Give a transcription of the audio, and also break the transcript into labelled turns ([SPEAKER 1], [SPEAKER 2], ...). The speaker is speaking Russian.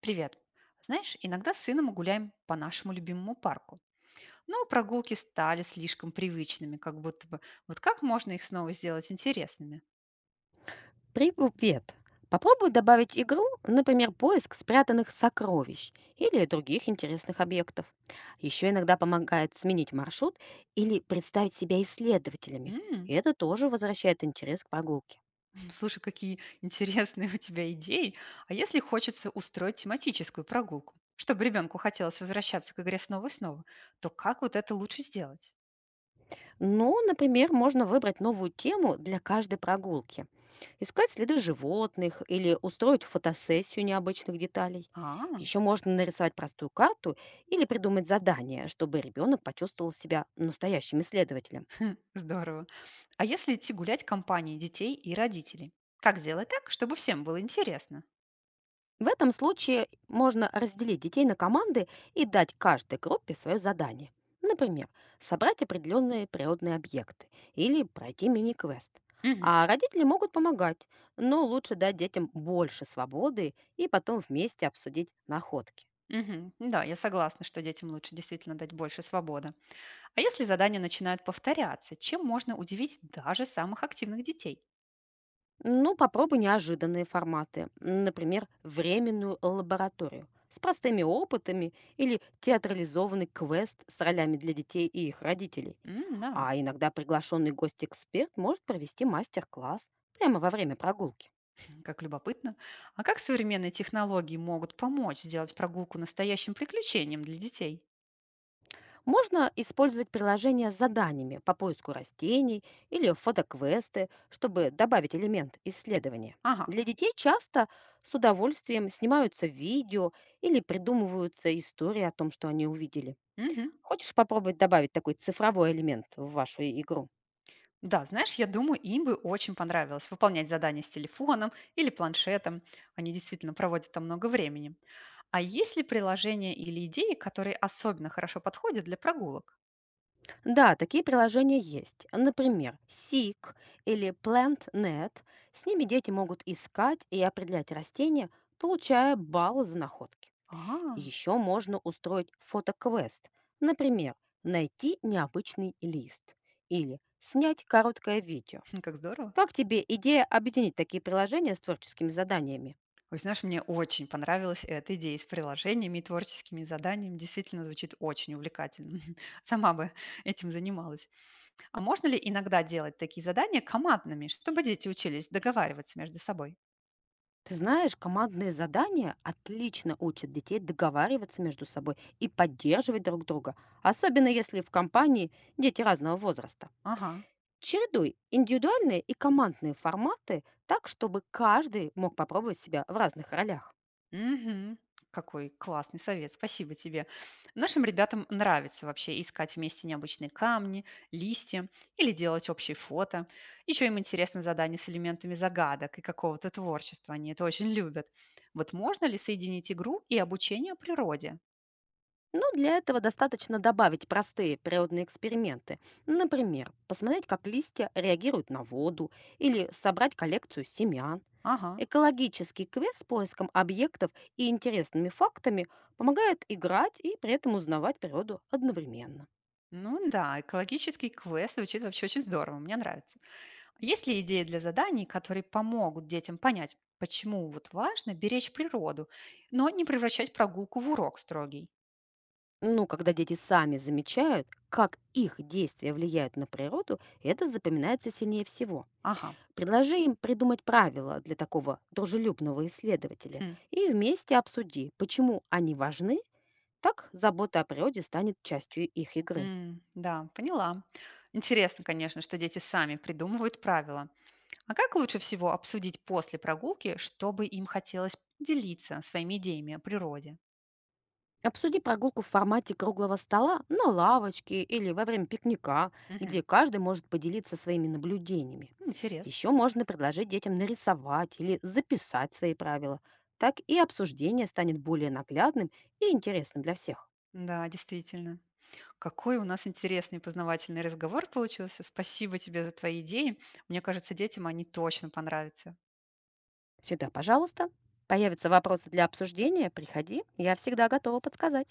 [SPEAKER 1] Привет. Знаешь, иногда с сыном мы гуляем по нашему любимому парку. Но прогулки стали слишком привычными, как будто бы. Вот как можно их снова сделать интересными?
[SPEAKER 2] Привет! Попробуй добавить игру, например, поиск спрятанных сокровищ или других интересных объектов. Еще иногда помогает сменить маршрут или представить себя исследователями.
[SPEAKER 1] М,
[SPEAKER 2] И это тоже возвращает интерес к прогулке.
[SPEAKER 1] слушай, какие интересные у тебя идеи. А если хочется устроить тематическую прогулку, чтобы ребенку хотелось возвращаться к игре снова и снова, то как вот это лучше сделать?
[SPEAKER 2] Ну, например, можно выбрать новую тему для каждой прогулки. Искать следы животных или устроить фотосессию необычных деталей.
[SPEAKER 1] А,
[SPEAKER 2] Еще можно нарисовать простую карту или придумать задание, чтобы ребенок почувствовал себя настоящим исследователем.
[SPEAKER 1] здорово. А если идти гулять компанией детей и родителей? Как сделать так, чтобы всем было интересно?
[SPEAKER 2] В этом случае можно разделить детей на команды и дать каждой группе свое задание. Например, собрать определенные природные объекты или пройти мини-квест.
[SPEAKER 1] Мгм.
[SPEAKER 2] А родители могут помогать, но лучше дать детям больше свободы и потом вместе обсудить находки.
[SPEAKER 1] Мгм. Да, я согласна, что детям лучше действительно дать больше свободы. А если задания начинают повторяться, чем можно удивить даже самых активных детей?
[SPEAKER 2] Ну, попробуй неожиданные форматы, например, временную лабораторию с простыми опытами или театрализованный квест с ролями для детей и их родителей.
[SPEAKER 1] М, да,
[SPEAKER 2] А иногда приглашенный гость-эксперт может провести мастер-класс прямо во время прогулки.
[SPEAKER 1] как любопытно. А как современные технологии могут помочь сделать прогулку настоящим приключением для детей?
[SPEAKER 2] Можно использовать приложение с заданиями по поиску растений или фотоквесты, чтобы добавить элемент исследования.
[SPEAKER 1] Ага.
[SPEAKER 2] Для детей часто с удовольствием снимаются видео или придумываются истории о том, что они увидели.
[SPEAKER 1] Мгм.
[SPEAKER 2] Хочешь попробовать добавить такой цифровой элемент в вашу игру?
[SPEAKER 1] Да, знаешь, я думаю, им бы очень понравилось выполнять задания с телефоном или планшетом. Они действительно проводят там много времени. А есть ли приложения или идеи, которые особенно хорошо подходят для прогулок?
[SPEAKER 2] Да, такие приложения есть. Например, Seek или PlantNet. С ними дети могут искать и определять растения, получая баллы за находки.
[SPEAKER 1] А,
[SPEAKER 2] Еще можно устроить фотоквест. Например, найти необычный лист или снять короткое видео.
[SPEAKER 1] как здорово.
[SPEAKER 2] Как тебе идея объединить такие приложения с творческими заданиями?
[SPEAKER 1] Ой, знаешь, мне очень понравилась эта идея с приложениями и творческими заданиями. Действительно звучит очень увлекательно. Сама бы этим занималась. А можно ли иногда делать такие задания командными, чтобы дети учились договариваться между собой?
[SPEAKER 2] Ты знаешь, командные задания отлично учат детей договариваться между собой и поддерживать друг друга, особенно если в компании дети разного возраста.
[SPEAKER 1] Ага.
[SPEAKER 2] Чередуй индивидуальные и командные форматы так, чтобы каждый мог попробовать себя в разных ролях.
[SPEAKER 1] Мгм. Какой классный совет, спасибо тебе. Нашим ребятам нравится вообще искать вместе необычные камни, листья или делать общие фото. Еще им интересно задание с элементами загадок и какого-то творчества, они это очень любят. Вот можно ли соединить игру и обучение о природе?
[SPEAKER 2] Но для этого достаточно добавить простые природные эксперименты. Например, посмотреть, как листья реагируют на воду, или собрать коллекцию семян.
[SPEAKER 1] Ага,
[SPEAKER 2] Экологический квест с поиском объектов и интересными фактами помогает играть и при этом узнавать природу одновременно.
[SPEAKER 1] ну да, экологический квест звучит вообще очень здорово, мне нравится. Есть ли идеи для заданий, которые помогут детям понять, почему вот важно беречь природу, но не превращать прогулку в урок строгий?
[SPEAKER 2] Ну, когда дети сами замечают, как их действия влияют на природу, это запоминается сильнее всего.
[SPEAKER 1] Ага.
[SPEAKER 2] Предложи им придумать правила для такого дружелюбного исследователя
[SPEAKER 1] Хм.
[SPEAKER 2] и вместе обсуди, почему они важны, так забота о природе станет частью их игры.
[SPEAKER 1] М, да, поняла. Интересно, конечно, что дети сами придумывают правила. А как лучше всего обсудить после прогулки, чтобы им хотелось делиться своими идеями о природе?
[SPEAKER 2] Обсуди прогулку в формате круглого стола на лавочке или во время пикника,
[SPEAKER 1] Мгм.
[SPEAKER 2] где каждый может поделиться своими наблюдениями.
[SPEAKER 1] Интересно.
[SPEAKER 2] Еще можно предложить детям нарисовать или записать свои правила. Так и обсуждение станет более наглядным и интересным для всех.
[SPEAKER 1] Да, действительно. Какой у нас интересный и познавательный разговор получился. Спасибо тебе за твои идеи. Мне кажется, детям они точно понравятся.
[SPEAKER 2] Сюда, пожалуйста. Появятся вопросы для обсуждения, приходи, я всегда готова подсказать.